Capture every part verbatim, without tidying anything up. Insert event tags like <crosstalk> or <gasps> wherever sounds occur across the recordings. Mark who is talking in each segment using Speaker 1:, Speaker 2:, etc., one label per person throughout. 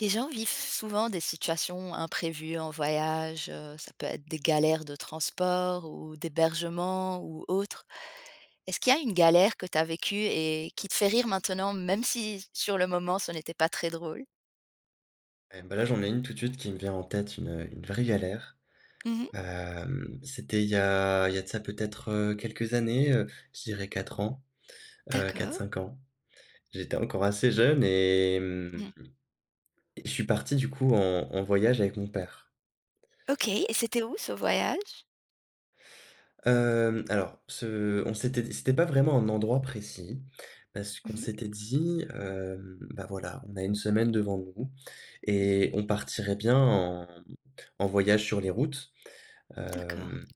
Speaker 1: Les gens vivent souvent des situations imprévues en voyage, heu, ça peut être des galères de transport ou d'hébergement ou autre. Est-ce qu'il y a une galère que tu as vécue et qui te fait rire maintenant, même si sur le moment ce n'était pas très drôle?
Speaker 2: Eh bah, là, j'en ai une tout de suite qui me vient en tête, une, une vraie galère.
Speaker 1: Mmh.
Speaker 2: Hem, c'était il y a il y a de ça peut-être, heu, quelques années, heu, je dirais quatre ans, heu,
Speaker 1: D'accord.
Speaker 2: quatre cinq ans. J'étais encore assez jeune et
Speaker 1: Mmh.
Speaker 2: mmh et je suis parti du coup en en voyage avec mon père.
Speaker 1: OK, et c'était où ce voyage?
Speaker 2: Hem, alors ce on s'était c'était pas vraiment un endroit précis parce
Speaker 1: Mmh
Speaker 2: qu'on
Speaker 1: mh.
Speaker 2: s'était dit, hem, bah, voilà, on a une semaine devant nous
Speaker 1: Mmh.
Speaker 2: et on partirait bien en en voyage sur les routes.
Speaker 1: D'accord.
Speaker 2: Hem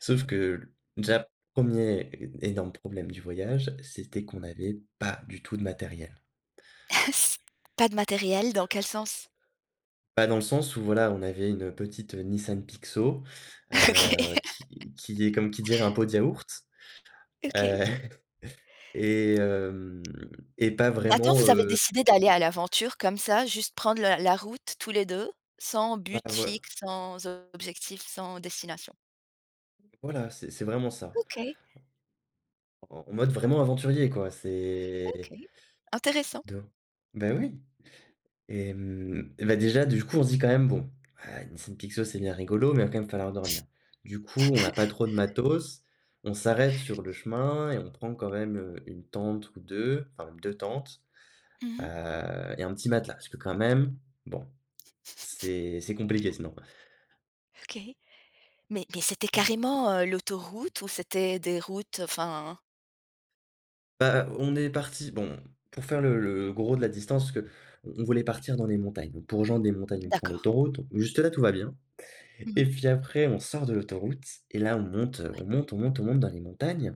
Speaker 2: Sauf que, déjà, premier énorme problème du voyage, c'était qu'on n'avait pas du tout de matériel.
Speaker 1: <laughs> Pas de matériel, dans quel sens?
Speaker 2: Pas dans le sens où, voilà, on avait une petite euh, Nissan Pixo,
Speaker 1: <laughs>
Speaker 2: heu,
Speaker 1: OK.
Speaker 2: qui qui est comme qui dirait un pot de yaourt,
Speaker 1: <laughs> OK.
Speaker 2: heu <laughs> et hem et pas
Speaker 1: Mais attends,
Speaker 2: vraiment,
Speaker 1: vous avez
Speaker 2: heu,
Speaker 1: décidé d'aller à l'aventure comme ça, juste prendre la la route tous les deux, sans but
Speaker 2: pas voi
Speaker 1: fixe, sans objectif, sans destination?
Speaker 2: voilà, c'est c'est vraiment ça.
Speaker 1: OK,
Speaker 2: En en mode vraiment aventurier, quoi, c'est
Speaker 1: OK. Intéressant.
Speaker 2: de bah, oui. Et hem, et bah, déjà, du coup, on se dit quand même : « Bon, ah, une Nissan Pixo, c'est bien rigolo, mais il va quand même falloir dormir ». Du coup, on n'a pas trop de matos, on s'arrête sur le chemin et on prend quand même, heu, une tente ou deux enfin même deux tentes,
Speaker 1: Mmh
Speaker 2: heu,
Speaker 1: mh.
Speaker 2: et un petit matelas parce que quand même, bon, c'est c'est compliqué sinon.
Speaker 1: OK. Mais mais c'était carrément, heu, l'autoroute ou c'était des routes, enfin
Speaker 2: Bah, on est parti bon, pour faire le le gros de la distance, parce on voulait partir dans les montagnes. Pour rejoindre les montagnes, on prend
Speaker 1: d'accord.
Speaker 2: l'autoroute, juste là, tout va bien.
Speaker 1: Mmh
Speaker 2: Et
Speaker 1: mh.
Speaker 2: puis après, on sort de l'autoroute et là, on monte, on monte, on monte, on monte dans les montagnes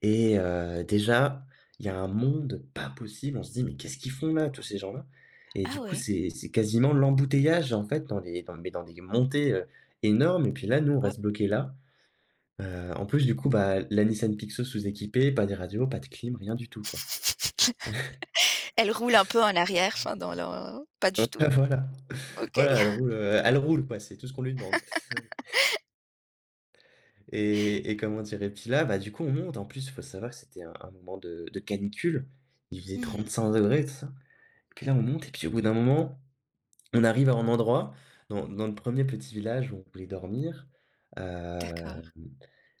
Speaker 2: et heu, déjà, il y a un monde pas possible. On se dit : « Mais qu'est-ce qu'ils font là, tous ces gens-là ? » Et
Speaker 1: Ah
Speaker 2: du coup,
Speaker 1: ouais.
Speaker 2: c'est c'est quasiment l'embouteillage, en fait, dans les dans mais dans des montées, heu, énormes, et puis là, nous, on
Speaker 1: Oh.
Speaker 2: reste bloqués là. Heu, en plus, du coup, bah, la Nissan Pixo sous-équipée, pas de radio, pas de clim, rien du tout, quoi.
Speaker 1: <laughs> Elle roule un peu en arrière, enfin dans le pas du
Speaker 2: <laughs>
Speaker 1: tout?
Speaker 2: Voilà,
Speaker 1: OK.
Speaker 2: voilà, elle roule, heu, elle roule, quoi, c'est tout ce qu'on lui demande. Et et comment dire? Et puis là, bah, du coup, on monte. En plus, il faut savoir que c'était un un moment de de canicule. Il faisait
Speaker 1: Mmh
Speaker 2: trente
Speaker 1: mh.
Speaker 2: cinq degrés tout ça. Puis là, on monte et puis au bout d'un moment, on arrive à un endroit, dans dans le premier petit village où on voulait dormir.
Speaker 1: D'accord.
Speaker 2: Hem,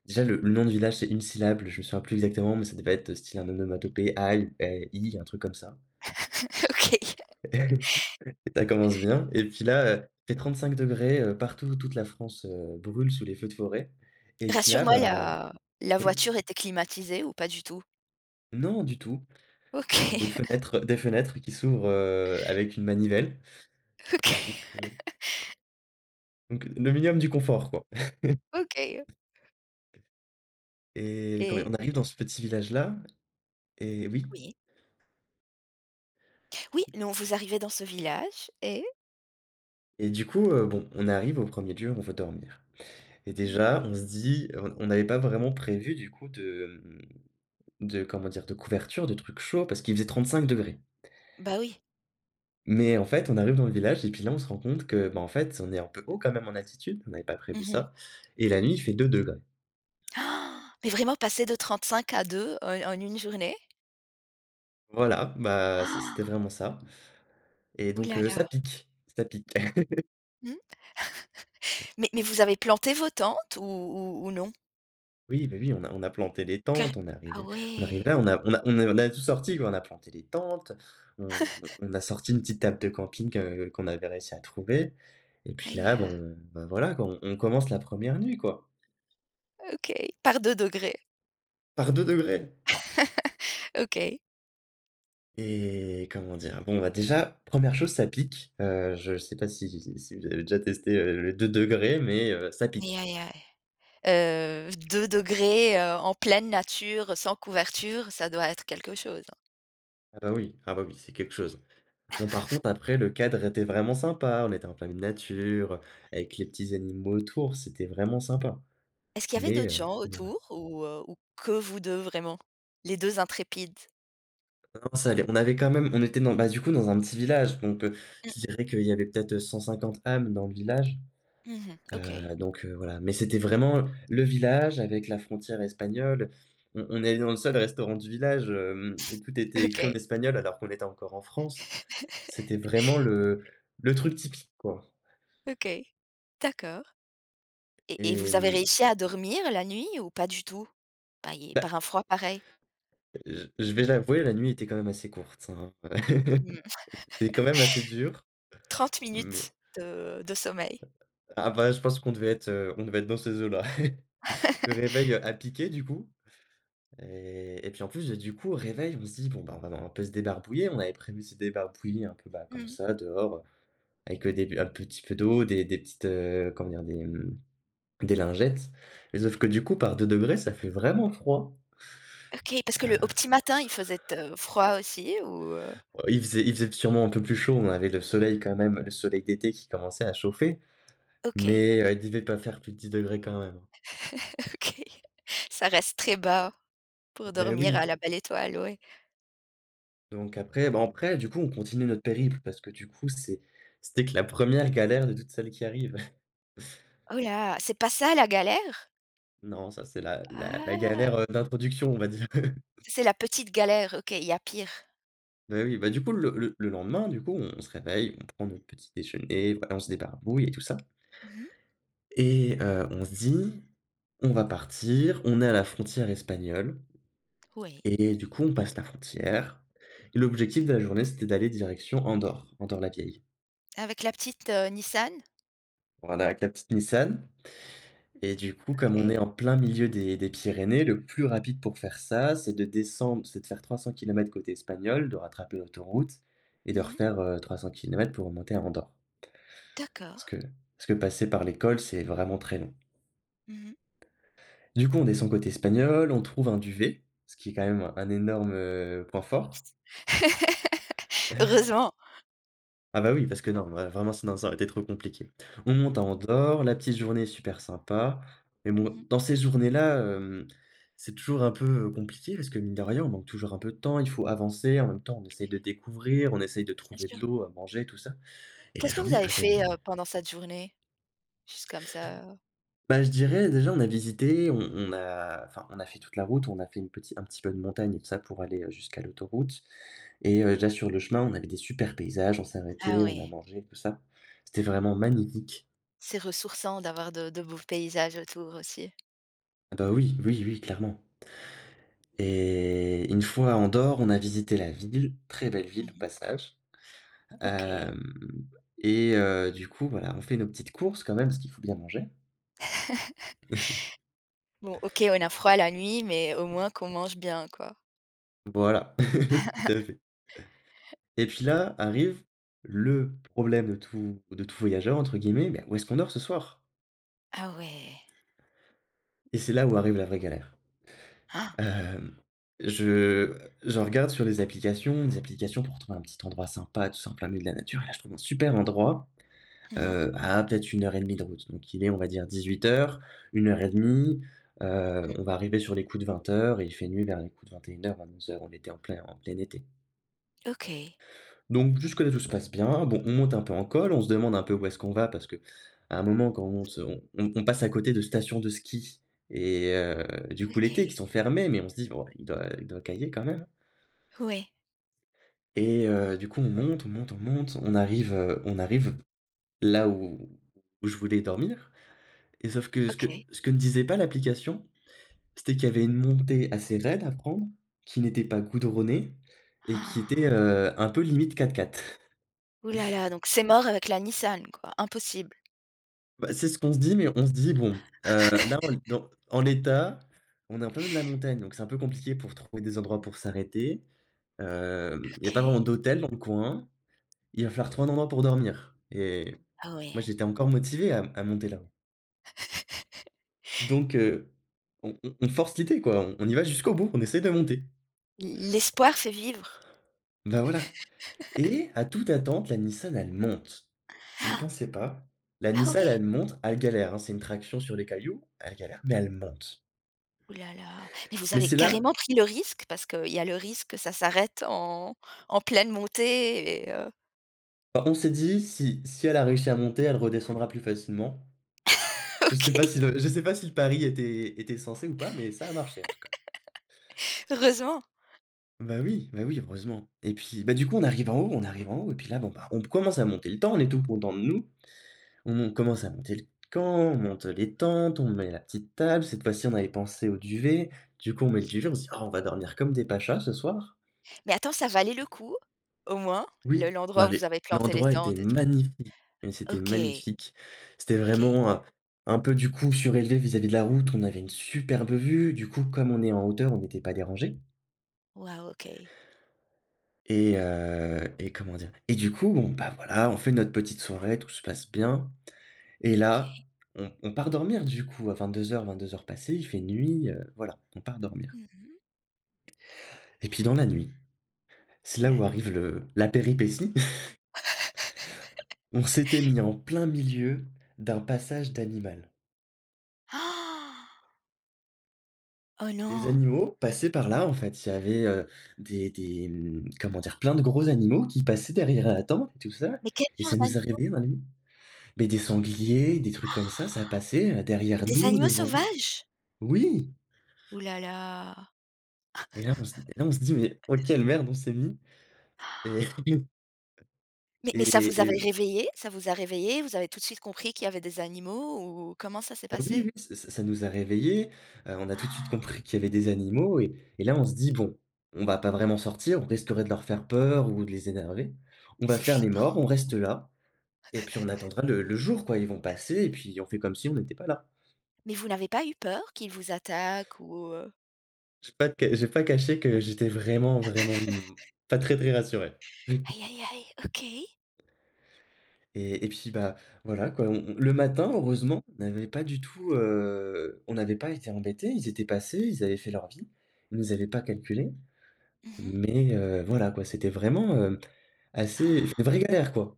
Speaker 2: Déjà le le nom du village, c'est une syllabe, je me souviens plus exactement, mais ça devait être style un onomatopée, aïe, eh, i, un truc comme ça.
Speaker 1: <laughs> OK.
Speaker 2: <laughs> Ça commence bien et puis là, heu, fait trente-cinq°, heu, partout, toute la France, heu, brûle sous les feux de forêt et puis là,
Speaker 1: Rassure-moi,
Speaker 2: bah.
Speaker 1: la la
Speaker 2: Oui?
Speaker 1: voiture était climatisée ou pas du tout?
Speaker 2: Non, du tout. Heu, des
Speaker 1: OK,
Speaker 2: fenêtres des fenêtres qui s'ouvrent, heu, avec une manivelle.
Speaker 1: <laughs> OK,
Speaker 2: Donc, heu, donc le minimum du confort, quoi.
Speaker 1: OK.
Speaker 2: Et quand
Speaker 1: Et
Speaker 2: on arrive dans ce petit village-là, et oui,
Speaker 1: oui. Oui, non, vous arrivez dans ce village et
Speaker 2: et du coup, heu, bon, on arrive au premier lieu, on veut dormir et
Speaker 1: mmh
Speaker 2: déjà on se dit on on n'avait pas vraiment prévu du coup de, mmh, de comment dire? De couverture, de trucs chauds parce qu'il faisait trente-cinq degrés.
Speaker 1: bah, oui.
Speaker 2: Mais en fait, on arrive dans le village et puis là, on se rend compte que, bah, en fait, on est un peu haut quand même en altitude, on n'avait pas prévu
Speaker 1: Mmh mh.
Speaker 2: ça et la nuit, il fait deux degrés.
Speaker 1: Mais vraiment passer de trente-cinq à deux en en une journée?
Speaker 2: Voilà, bah, c c'était
Speaker 1: Ah,
Speaker 2: vraiment ça. Et
Speaker 1: ouh
Speaker 2: donc
Speaker 1: là
Speaker 2: heu, ça
Speaker 1: là.
Speaker 2: pique, ça pique. <laughs>
Speaker 1: Mmh. Mais mais vous avez planté vos tentes ou ou ou non?
Speaker 2: Oui, bah, oui, on a on a planté les
Speaker 1: Car
Speaker 2: tentes, on est
Speaker 1: ah
Speaker 2: arrivés on arrive
Speaker 1: ouais.
Speaker 2: là, on a on a on a on a tout sorti quoi, on a planté les tentes, on on a sorti une petite table de camping, heu, qu'on avait réussi à trouver et puis
Speaker 1: Aïe,
Speaker 2: là,
Speaker 1: ah,
Speaker 2: bon, bah, voilà quoi, on on commence la première nuit quoi,
Speaker 1: OK. Par deux degrés.
Speaker 2: par deux degrés.
Speaker 1: OK.
Speaker 2: Et comment dire? Bon, bah, déjà première chose, ça pique, heu, je sais pas si si vous avez déjà testé, heu, le deux degrés, mais heu, ça
Speaker 1: Aïe,
Speaker 2: pique.
Speaker 1: aïe, aïe. Heu, deux degrés°, heu, en pleine nature, sans couverture, ça doit être quelque chose, hein.
Speaker 2: Ah bah, oui, ah bah, oui, c'est quelque chose. Bon, par contre, après, le cadre était vraiment sympa. On était en plein milieu de nature, avec les petits animaux autour. C'était vraiment sympa.
Speaker 1: Est-ce qu'il y avait
Speaker 2: Mais,
Speaker 1: d'autres
Speaker 2: euh,
Speaker 1: gens
Speaker 2: mais ouais.
Speaker 1: autour ou heu, ou que vous deux vraiment? Les deux intrépides?
Speaker 2: Non, ça allait. On avait quand même, on était dans, bah, du coup, dans un petit village. Donc, euh, je dirais qu'il y avait peut-être cent cinquante âmes dans le village.
Speaker 1: Mmh. OK.
Speaker 2: Euh, donc, euh, voilà. Mais c'était vraiment le village avec la frontière espagnole. On, on est allé dans le seul restaurant du village, euh, et tout était écrit en
Speaker 1: OK.
Speaker 2: espagnol alors qu'on était encore en France. C'était vraiment le, le truc typique, quoi.
Speaker 1: OK. D'accord, et et
Speaker 2: Et,
Speaker 1: vous avez
Speaker 2: euh,
Speaker 1: réussi à dormir la nuit ou pas du tout? Par
Speaker 2: bah,
Speaker 1: par un froid pareil?
Speaker 2: Je je vais l'avouer, la nuit était quand même assez courte, hein. <laughs>
Speaker 1: Mmh.
Speaker 2: C'était quand même assez dur,
Speaker 1: trente
Speaker 2: mais
Speaker 1: minutes de de sommeil.
Speaker 2: ah bah, je pense qu'on devait être, heu, on devait être dans ces eaux-là. <laughs> Le réveil, heu, a piqué du coup et et puis en plus, du coup, au réveil, on se dit : « Bon, bah, on va un peu se débarbouiller ». On avait prévu de se débarbouiller un peu, bah, comme
Speaker 1: Mmh.
Speaker 2: ça dehors, avec, heu, des un petit peu d'eau, des des petites, heu, comment dire? Des, mmh, des lingettes. Mais sauf que du coup, par deux degrés, ça fait vraiment froid.
Speaker 1: OK, parce que le au
Speaker 2: Heu,
Speaker 1: petit matin, il faisait, heu, froid aussi ou, heu?
Speaker 2: il faisait il faisait sûrement un peu plus chaud, on avait le soleil quand même, le soleil d'été qui commençait à chauffer.
Speaker 1: OK.
Speaker 2: Mais heu, il devait pas faire plus de dix degrés quand même.
Speaker 1: <laughs> OK. Ça reste très bas pour
Speaker 2: Ben
Speaker 1: dormir
Speaker 2: oui,
Speaker 1: à la belle étoile, ouais.
Speaker 2: donc après ben après du coup on continue notre périple parce que du coup c'est c'était que la première galère de toutes celles qui arrivent. <laughs>
Speaker 1: Oh là! C'est pas ça la galère?
Speaker 2: Non, ça c'est la la la galère,
Speaker 1: Ah!
Speaker 2: heu, d'introduction, on va dire. <laughs>
Speaker 1: C'est la petite galère, OK, il y a pire.
Speaker 2: Ben oui, bah du coup le le le lendemain du coup on se réveille, on prend notre petit déjeuner, voilà, on se débarbouille et tout ça
Speaker 1: Mmh.
Speaker 2: et heu, on se dit : « On va partir », on est à la frontière espagnole
Speaker 1: Oui.
Speaker 2: et du coup on passe la frontière et l'objectif de la journée c'était d'aller direction Andorre, Andorre la Vieille.
Speaker 1: Avec la petite, heu, Nissan?
Speaker 2: Voilà, avec la petite Nissan. Et du coup, comme on
Speaker 1: OK.
Speaker 2: est en plein milieu des, des Pyrénées, le plus rapide pour faire ça, c'est de descendre, c'est de faire trois cents kilomètres côté espagnol, de rattraper l'autoroute et de
Speaker 1: Mmh.
Speaker 2: refaire euh, trois cents kilomètres pour remonter à Andorre.
Speaker 1: D'accord.
Speaker 2: Parce que, parce que passer par l'école, c'est vraiment très long.
Speaker 1: Mmh. <laughs>
Speaker 2: Du coup, on descend côté espagnol, on trouve un duvet, ce qui est quand même un énorme euh, point fort. <laughs>
Speaker 1: Heureusement.
Speaker 2: Ah bah oui, parce que non, vra vraiment sinon ça aurait été trop compliqué. On monte à Andorre, la petite journée est super sympa, mais bon,
Speaker 1: Mmh.
Speaker 2: dans ces journées-là, hem, c'est toujours un peu, heu, compliqué parce que mine de rien, on manque toujours un peu de temps, il faut avancer, en même temps on essaye de découvrir, on essaye de
Speaker 1: Bien
Speaker 2: trouver de
Speaker 1: sûr.
Speaker 2: l'eau à manger, tout ça et la
Speaker 1: Qu'est-ce que vous
Speaker 2: journée est
Speaker 1: avez
Speaker 2: passée
Speaker 1: fait,
Speaker 2: une
Speaker 1: heu, pendant cette journée? Juste comme ça, heu
Speaker 2: bah, je dirais déjà on a visité, on on a enfin on a fait toute la route, on a fait une petit un petit peu de montagne et tout ça pour aller, heu, jusqu'à l'autoroute et heu, déjà sur le chemin, on avait des super paysages, on s'est
Speaker 1: Ah
Speaker 2: arrêté, on a
Speaker 1: ouais.
Speaker 2: mangé, tout ça. C'était vraiment magnifique.
Speaker 1: C'est ressourçant d'avoir de de beaux paysages autour aussi.
Speaker 2: Ah bah oui, oui, oui, clairement. Et une fois à Andorre, on a visité la ville, très belle ville au
Speaker 1: Mmh.
Speaker 2: passage. Euh,
Speaker 1: OK.
Speaker 2: et euh, du coup, voilà, on fait nos petites courses quand même, parce qu'il faut bien manger.
Speaker 1: Bon, OK, on a froid la nuit, mais au moins qu'on mange bien, quoi.
Speaker 2: Voilà, <laughs> tout à fait. Et puis là arrive le problème de tout, de tout voyageur, entre guillemets, ben, où est-ce qu'on dort ce soir?
Speaker 1: Ah ouais.
Speaker 2: Et c'est là où arrive la vraie galère.
Speaker 1: Ah!
Speaker 2: Euh, je, je regarde sur les applications, des applications pour trouver un petit endroit sympa, tout ça en plein milieu de la nature, et là je trouve un super endroit.
Speaker 1: Mmh mh.
Speaker 2: Heu, à peut-être une heure et demie de route. Donc il est, on va dire dix-huit heures, une heure et demie, deux
Speaker 1: Mmh.
Speaker 2: on va arriver sur les coups de vingt heures et il fait nuit vers les coups de 2100 heures. On était en plein en plein été.
Speaker 1: OK.
Speaker 2: Donc jusque-là, tout se passe bien. Bon, on monte un peu en col, on se demande un peu où est-ce qu'on va parce que à un moment quand on monte, on on on passe à côté de stations de ski et heu, du coup l'été qui
Speaker 1: OK.
Speaker 2: sont fermées, mais on se dit : « Bon, il doit il doit cailler quand même »
Speaker 1: Ouais.
Speaker 2: et heu, du coup on monte, on monte, on monte, on arrive, heu, on arrive là où où je voulais dormir. Et sauf que ce que
Speaker 1: OK.
Speaker 2: ce que ne disait pas l'application, c'était qu'il y avait une montée assez raide à prendre, qui n'était pas goudronnée et qui était,
Speaker 1: Ah.
Speaker 2: heu, un peu limite quatre quatre.
Speaker 1: Ouh là là, donc c'est mort avec la Nissan, quoi, impossible.
Speaker 2: Bah, c'est ce qu'on se dit, mais on se dit : « Bon, heu, là on dans en l'état, on est en plein milieu de la montagne, donc c'est un peu compliqué pour trouver des endroits pour s'arrêter. Hem, il y a pas vraiment
Speaker 1: OK.
Speaker 2: d'hôtel dans le coin. Il va falloir trouver un endroit pour dormir » et
Speaker 1: Ah ouais.
Speaker 2: moi j'étais encore motivé à à monter là. Donc heu, on on on force l'idée quoi, on on y va jusqu'au bout, on essaie de monter.
Speaker 1: L l'espoir fait vivre.
Speaker 2: Ben voilà. Et à toute attente, la Nissan, elle monte. Je ne pensais pas. La
Speaker 1: Ah
Speaker 2: Nissan,
Speaker 1: ouais!
Speaker 2: elle monte, elle galère, hein, c'est une traction sur les cailloux, elle galère, mais elle monte.
Speaker 1: Ouh là là, mais vous
Speaker 2: Mais
Speaker 1: avez
Speaker 2: c'est là,
Speaker 1: carrément pris le risque? Parce qu'il y a le risque que ça s'arrête en en pleine montée et heu,
Speaker 2: bah, on s'est dit, si, si elle a réussi à monter, elle redescendra plus facilement.
Speaker 1: <laughs>
Speaker 2: Je sais pas
Speaker 1: OK,
Speaker 2: si le, je sais pas si le pari était, était censé ou pas, mais ça a marché en tout cas.
Speaker 1: heureusement.
Speaker 2: Bah oui, bah oui, heureusement. Et puis, bah du coup, on arrive en haut, on arrive en haut, et puis là, bon, bah, on commence à monter le temps, on est tout content de nous. On on commence à monter le camp, on monte les tentes, on met la petite table. Cette fois-ci, on avait pensé au duvet. Du coup, on met le duvet, on se dit : « Ah, on va dormir comme des pachas ce soir. »
Speaker 1: Mais attends, ça valait le coup, au moins, le
Speaker 2: Oui, bah,
Speaker 1: l'endroit où
Speaker 2: les
Speaker 1: vous avez planté les
Speaker 2: l'endroit était
Speaker 1: tentes et tout?
Speaker 2: magnifique, mais c'était
Speaker 1: OK,
Speaker 2: magnifique. C'était
Speaker 1: OK.
Speaker 2: vraiment, heu, un peu du coup surélevé vis-à-vis de la route. On avait une superbe vue. Du coup, comme on est en hauteur, on n'était pas dérangé.
Speaker 1: Waouh, OK.
Speaker 2: Et heu et comment dire? Et du coup, bon, bah, voilà, on fait notre petite soirée, tout se passe bien. Et là,
Speaker 1: OK.
Speaker 2: on on part dormir du coup à vingt-deux heures-vingt-deux heures passées, il fait nuit, heu, voilà, on part dormir.
Speaker 1: Mmh mh.
Speaker 2: Et puis dans la nuit, c'est
Speaker 1: Oh
Speaker 2: là
Speaker 1: là
Speaker 2: où
Speaker 1: là.
Speaker 2: arrive le la péripétie. <laughs> On s'était mis en plein milieu d'un passage d'animal.
Speaker 1: <gasps> Ah, oh
Speaker 2: Les
Speaker 1: non!
Speaker 2: animaux passaient par là en fait, il y avait, heu, des des, mmh, comment dire? Plein de gros animaux qui passaient derrière la tente et tout ça
Speaker 1: Mais quel
Speaker 2: et ça
Speaker 1: genre d'ani
Speaker 2: nous a réveillés dans la nuit. Mais des sangliers, des trucs comme ça, ça passait, heu, derrière
Speaker 1: des
Speaker 2: nous,
Speaker 1: animaux
Speaker 2: devant nous.
Speaker 1: sauvages?
Speaker 2: Oui!
Speaker 1: Ouh là là.
Speaker 2: Et là on se et là on se dit : « Mais oh quelle merde on s'est mis » et <laughs>
Speaker 1: Mais mais ça vous
Speaker 2: Et
Speaker 1: avait
Speaker 2: et
Speaker 1: réveillé? Ça vous a réveillé? Vous avez tout de suite compris qu'il y avait des animaux ou comment ça s'est
Speaker 2: bah, oui,
Speaker 1: passé?
Speaker 2: oui, ça ça ça nous a réveillés, heu, on a
Speaker 1: <gasps>
Speaker 2: tout de suite
Speaker 1: Ah,
Speaker 2: compris qu'il y avait des animaux et et là on se dit : « Bon, on va pas vraiment sortir, on risquerait de leur faire peur ou de les énerver. On va
Speaker 1: c'est
Speaker 2: faire les
Speaker 1: flip
Speaker 2: morts, on reste là et puis on attendra le le jour quoi, ils vont passer et puis on fait comme si on n'était pas là ».
Speaker 1: mais vous n'avez pas eu peur qu'il vous attaque ou, heu?
Speaker 2: J'ai pas de ca j'ai pas caché que j'étais vraiment, vraiment, mmh, pas très, très rassuré. <laughs>
Speaker 1: Aïe, aïe, aïe, OK.
Speaker 2: Et et puis, bah, voilà quoi, on on le matin heureusement, on n'avait pas du tout, heu, on n'avait pas été embêtés, ils étaient passés, ils avaient fait leur vie, ils nous avaient pas calculés.
Speaker 1: Mmh mh.
Speaker 2: Mais heu, voilà quoi, c'était vraiment, heu, assez une vraie galère quoi.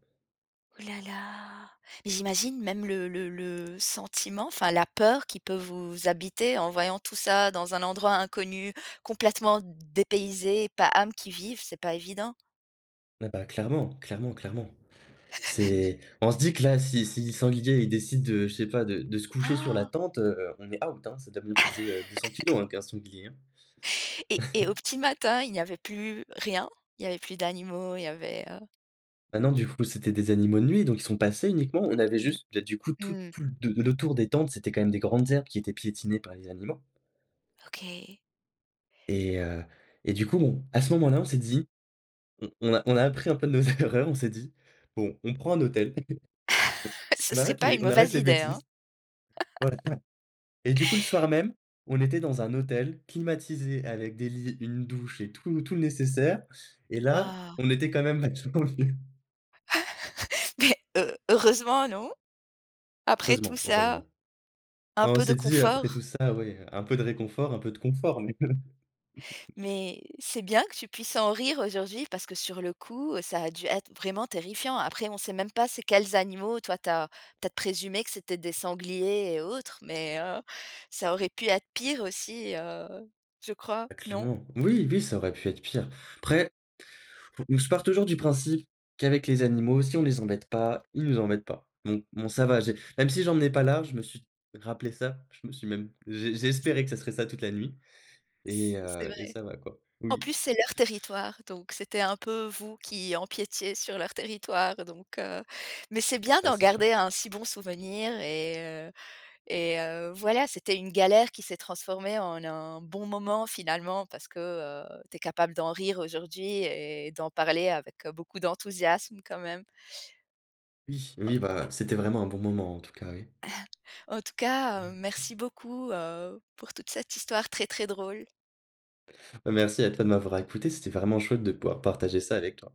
Speaker 1: Oh là là! Mais j'imagine même le le le sentiment, enfin la peur qui peut vous habiter en voyant tout ça dans un endroit inconnu, complètement dépaysé, pas âme qui vive, c'est pas évident.
Speaker 2: Ah bah, clairement, clairement, clairement. C'est on se dit que là, si si Sanglier, il décide de, je sais pas, de de se coucher sur la
Speaker 1: Han!
Speaker 2: tente, heu, on est out, hein. Ça doit bien peser, heu, deux cents kilos hein, qu'un sanglier, hein.
Speaker 1: Et et au petit matin, il n'y avait plus rien? Il y avait plus d'animaux, il y avait, heu
Speaker 2: Maintenant, du coup, c'était des animaux de nuit, donc ils sont passés uniquement. On avait juste, bah, du coup, tout
Speaker 1: Mmh mh.
Speaker 2: tout le- de le tour des tentes, c'était quand même des grandes herbes qui étaient piétinées par les animaux
Speaker 1: OK.
Speaker 2: et heu et du coup, bon, à ce moment-là, on s'est dit, on on a on a appris un peu de nos <laughs> erreurs, on s'est dit : « Bon, on prend un hôtel ».
Speaker 1: <laughs> Ce
Speaker 2: On
Speaker 1: serait
Speaker 2: arrête
Speaker 1: pas
Speaker 2: les
Speaker 1: une
Speaker 2: on arrête
Speaker 1: mauvaise
Speaker 2: les
Speaker 1: idée, hein?
Speaker 2: bêtises, voilà et du coup, le soir même, on était dans un hôtel climatisé avec des lits, une douche et tout tout le nécessaire et là,
Speaker 1: Ah!
Speaker 2: on était quand même vachement <laughs> mieux.
Speaker 1: Mais heu, heureusement, non? Après tout
Speaker 2: Heureusement,
Speaker 1: ça
Speaker 2: heureusement.
Speaker 1: un
Speaker 2: On
Speaker 1: peu de
Speaker 2: s'est dit après tout
Speaker 1: confort,
Speaker 2: ça, ouais, un peu de réconfort, un peu de confort, mais <laughs>
Speaker 1: mais c'est bien que tu puisses en rire aujourd'hui parce que sur le coup, ça a dû être vraiment terrifiant. Après, on sait même pas c'est quels animaux. Toi, tu as peut-être présumé que c'était des sangliers et autres, mais heu, ça aurait pu être pire aussi, heu, je crois,
Speaker 2: bah,
Speaker 1: non?
Speaker 2: clairement. Oui, oui, ça aurait pu être pire. Après, faut- je pars toujours du principe qu'avec les animaux, si on les embête pas, ils nous embêtent pas. Bon bon ça va, j'ai même si j'en j'emmenais pas large, je me suis rappelé ça, je me suis même j'ai j'ai espéré que ça serait ça toute la nuit. Et
Speaker 1: C c'est
Speaker 2: heu et
Speaker 1: vrai.
Speaker 2: ça va quoi.
Speaker 1: En
Speaker 2: Oui,
Speaker 1: plus, c'est leur territoire, donc c'était un peu vous qui empiétiez sur leur territoire, donc heu, mais c'est bien
Speaker 2: bah,
Speaker 1: d'en
Speaker 2: c'est sûr.
Speaker 1: garder un si bon souvenir et heu Et heu, voilà, c'était une galère qui s'est transformée en un bon moment finalement parce que, heu, tu es capable d'en rire aujourd'hui et d'en parler avec, heu, beaucoup d'enthousiasme quand même.
Speaker 2: Oui, oui, bah, c'était vraiment un bon moment en tout cas, oui.
Speaker 1: En tout cas, heu, merci beaucoup, heu, pour toute cette histoire très, très drôle.
Speaker 2: Bah, merci à toi de m'avoir écouté, c'était vraiment chouette de pouvoir partager ça avec toi.